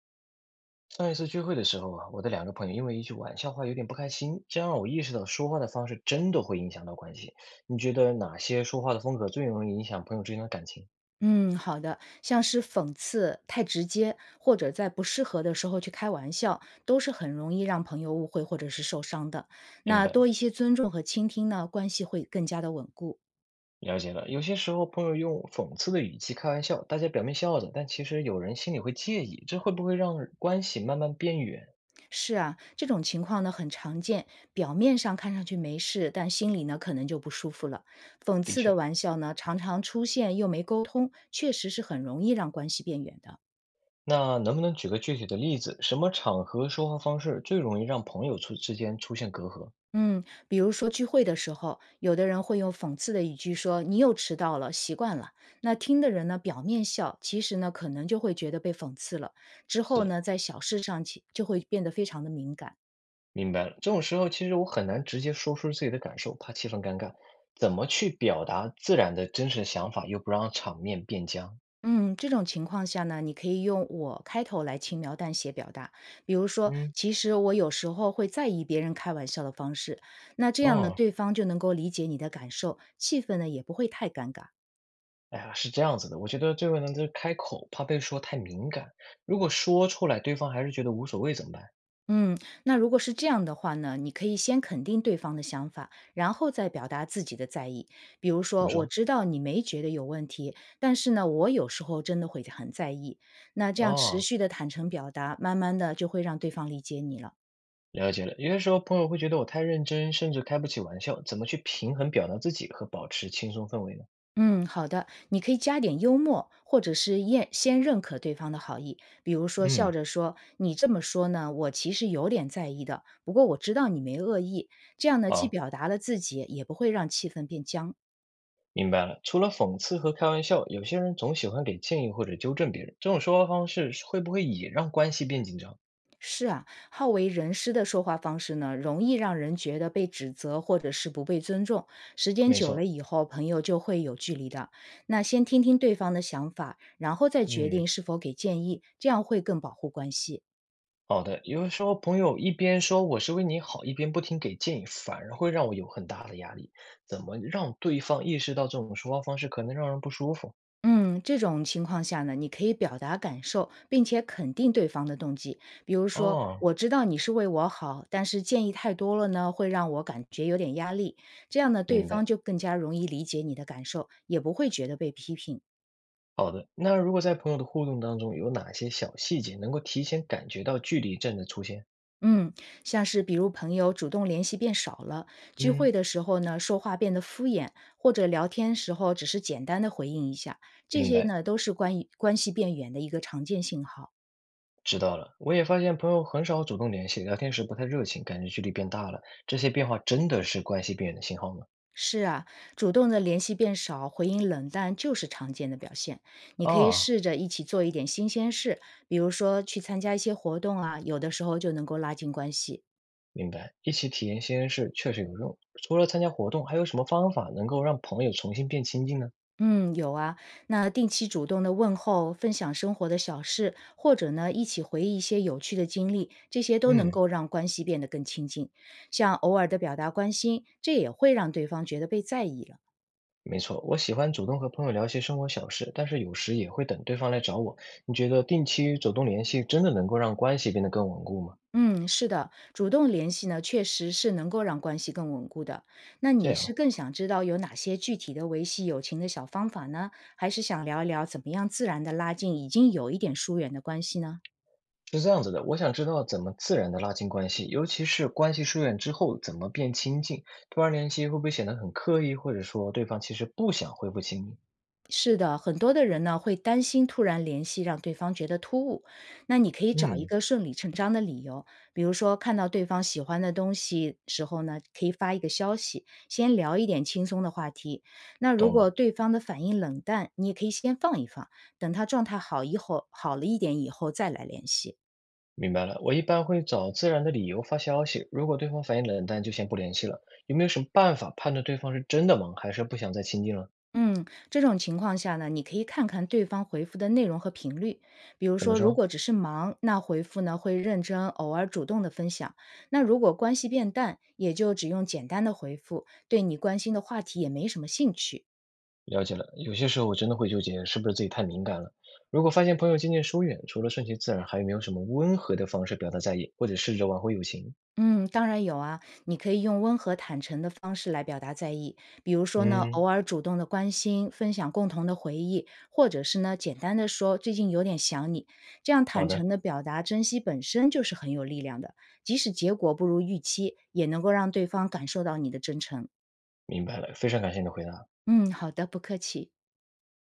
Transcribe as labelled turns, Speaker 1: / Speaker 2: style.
Speaker 1: 上一次聚会的时候啊，我的两个朋友因为一句玩笑话有点不开心，这让我意识到说话的方式真的会影响到关系。你觉得哪些说话的风格最容易影响朋友之间的感情？
Speaker 2: 嗯，好的，像是讽刺太直接，或者在不适合的时候去开玩笑，都是很容易让朋友误会或者是受伤的。
Speaker 1: 明
Speaker 2: 那
Speaker 1: 白，
Speaker 2: 多一些尊重和倾听呢，关系会更加的稳固。
Speaker 1: 了解了。有些时候朋友用讽刺的语气开玩笑，大家表面笑着，但其实有人心里会介意，这会不会让关系慢慢变远？
Speaker 2: 是啊，这种情况呢很常见，表面上看上去没事，但心里呢可能就不舒服了。讽
Speaker 1: 的
Speaker 2: 刺的
Speaker 1: 确，
Speaker 2: 玩笑呢常常出现又没沟通，确实是很容易让关系变远的。
Speaker 1: 那能不能举个具体的例子？什么场合说话方式最容易让朋友出之间出现隔阂？
Speaker 2: 嗯，比如说聚会的时候，有的人会用讽刺的语句说："你又迟到了，习惯了。"那听的人呢，表面笑，其实呢，可能就会觉得被讽刺了。之后
Speaker 1: 是。
Speaker 2: 呢，在小事上起就会变得非常的敏感。
Speaker 1: 明白了，这种时候其实我很难直接说出自己的感受，怕气氛尴尬。怎么去表达自然的真实想法，又不让场面变僵？
Speaker 2: 嗯，这种情况下呢，你可以用"我"开头来轻描淡写表达，比如说，
Speaker 1: 嗯，
Speaker 2: 其实我有时候会在意别人开玩笑的方式，那这样呢，
Speaker 1: 哦，
Speaker 2: 对方就能够理解你的感受，气氛呢也不会太尴尬。
Speaker 1: 哎呀，是这样子的，我觉得最后呢，就是开口怕被说太敏感，如果说出来对方还是觉得无所谓怎么办？
Speaker 2: 嗯，那如果是这样的话呢，你可以先肯定对方的想法，然后再表达自己的在意。比如
Speaker 1: 怎
Speaker 2: 说，
Speaker 1: 么
Speaker 2: 我
Speaker 1: 说？
Speaker 2: 知道你没觉得有问题，但是呢，我有时候真的会很在意。那这样持
Speaker 1: 哦，
Speaker 2: 续的坦诚表达，慢慢的就会让对方理解你了。
Speaker 1: 了解了。有些时候朋友会觉得我太认真，甚至开不起玩笑，怎么去平衡表达自己和保持轻松氛围呢？
Speaker 2: 嗯，好的，你可以加点幽默，或者是验先认可对方的好意，比如说笑
Speaker 1: 嗯，
Speaker 2: 着说："你这么说呢，我其实有点在意的，不过我知道你没恶意。"这样呢，既
Speaker 1: 好。
Speaker 2: 表达了自己，也不会让气氛变僵。
Speaker 1: 明白了，除了讽刺和开玩笑，有些人总喜欢给建议或者纠正别人，这种说话方式是会不会也让关系变紧张？
Speaker 2: 是啊，好为人师的说话方式呢，容易让人觉得被指责或者是不被尊重。时间
Speaker 1: 没
Speaker 2: 久了
Speaker 1: 错，
Speaker 2: 以后，朋友就会有距离的。那先听听对方的想法，然后再决
Speaker 1: 嗯，
Speaker 2: 定是否给建议，这样会更保护关系。
Speaker 1: 好的。有的时候朋友一边说我是为你好，一边不停给建议，反而会让我有很大的压力。怎么让对方意识到这种说话方式可能让人不舒服？
Speaker 2: 嗯，这种情况下呢，你可以表达感受，并且肯定对方的动机。比如说，
Speaker 1: 哦，
Speaker 2: 我知道你是为我好，但是建议太多了呢，会让我感觉有点压力。这样呢，对
Speaker 1: 明
Speaker 2: 方
Speaker 1: 白。
Speaker 2: 就更加容易理解你的感受，也不会觉得被批评。
Speaker 1: 好的，那如果在朋友的互动当中，有哪些小细节能够提前感觉到距离症的出现？
Speaker 2: 嗯，像是比如朋友主动联系变少了，聚会
Speaker 1: 嗯，
Speaker 2: 的时候呢，说话变得敷衍，或者聊天时候只是简单的回应一下，这
Speaker 1: 明
Speaker 2: 些
Speaker 1: 白。
Speaker 2: 呢都是关于关系变远的一个常见信号。
Speaker 1: 知道了，我也发现朋友很少主动联系，聊天时不太热情，感觉距离变大了。这些变化真的是关系变远的信号吗？
Speaker 2: 是啊，主动的联系变少，回应冷淡就是常见的表现。你可以
Speaker 1: 啊，
Speaker 2: 试着一起做一点新鲜事，比如说去参加一些活动啊，有的时候就能够拉近关系。
Speaker 1: 明白，一起体验新鲜事确实有用。除了参加活动，还有什么方法能够让朋友重新变亲近呢？
Speaker 2: 嗯，有啊。那定期主动的问候，分享生活的小事，或者呢，一起回忆一些有趣的经历，这些都能
Speaker 1: 嗯，
Speaker 2: 够让关系变得更亲近。像偶尔的表达关心，这也会让对方觉得被在意了。
Speaker 1: 没错，我喜欢主动和朋友聊些生活小事，但是有时也会等对方来找我。你觉得定期主动联系真的能够让关系变得更稳固吗？
Speaker 2: 嗯，是的，主动联系呢，确实是能够让关系更稳固的。那
Speaker 1: 这
Speaker 2: 你是
Speaker 1: 样。
Speaker 2: 更想知道有哪些具体的维系友情的小方法呢？还是想聊一聊怎么样自然的拉近已经有一点疏远的关系呢？
Speaker 1: 是这样子的，我想知道怎么自然的拉近关系，尤其是关系疏远之后怎么变亲近，突然联系会不会显得很刻意，或者说对方其实不想恢复亲密？
Speaker 2: 是的，很多的人呢会担心突然联系让对方觉得突兀，那你可以找一
Speaker 1: 嗯，
Speaker 2: 个顺理成章的理由，比如说看到对方喜欢的东西时候呢，可以发一个消息，先聊一点轻松的话题。那如
Speaker 1: 懂
Speaker 2: 果
Speaker 1: 了，
Speaker 2: 对方的反应冷淡，你也可以先放一放，等他状态好以后好了一点以后再来联系。
Speaker 1: 明白了。我一般会找自然的理由发消息，如果对方反应冷淡，就先不联系了。有没有什么办法判断对方是真的忙，还是不想再亲近了？
Speaker 2: 嗯，这种情况下呢，你可以看看对方回复的内容和频率。比如
Speaker 1: 怎么
Speaker 2: 说，如
Speaker 1: 说？
Speaker 2: 果只是忙，那回复呢会认真，偶尔主动的分享；那如果关系变淡，也就只用简单的回复，对你关心的话题也没什么兴趣。
Speaker 1: 了解了，有些时候我真的会纠结，是不是自己太敏感了？如果发现朋友渐渐疏远，除了顺其自然，还有没有什么温和的方式表达在意，或者试着挽回友情？
Speaker 2: 嗯，当然有啊，你可以用温和坦诚的方式来表达在意，比如说呢，
Speaker 1: 嗯。
Speaker 2: 偶尔主动的关心，分享共同的回忆，或者是呢，简单的说最近有点想你，这样
Speaker 1: 好
Speaker 2: 坦
Speaker 1: 的，
Speaker 2: 诚的表达珍惜本身就是很有力量的，即使结果不如预期，也能够让对方感受到你的真诚。
Speaker 1: 明白了，非常感谢你的回答。
Speaker 2: 嗯，好的，不客气。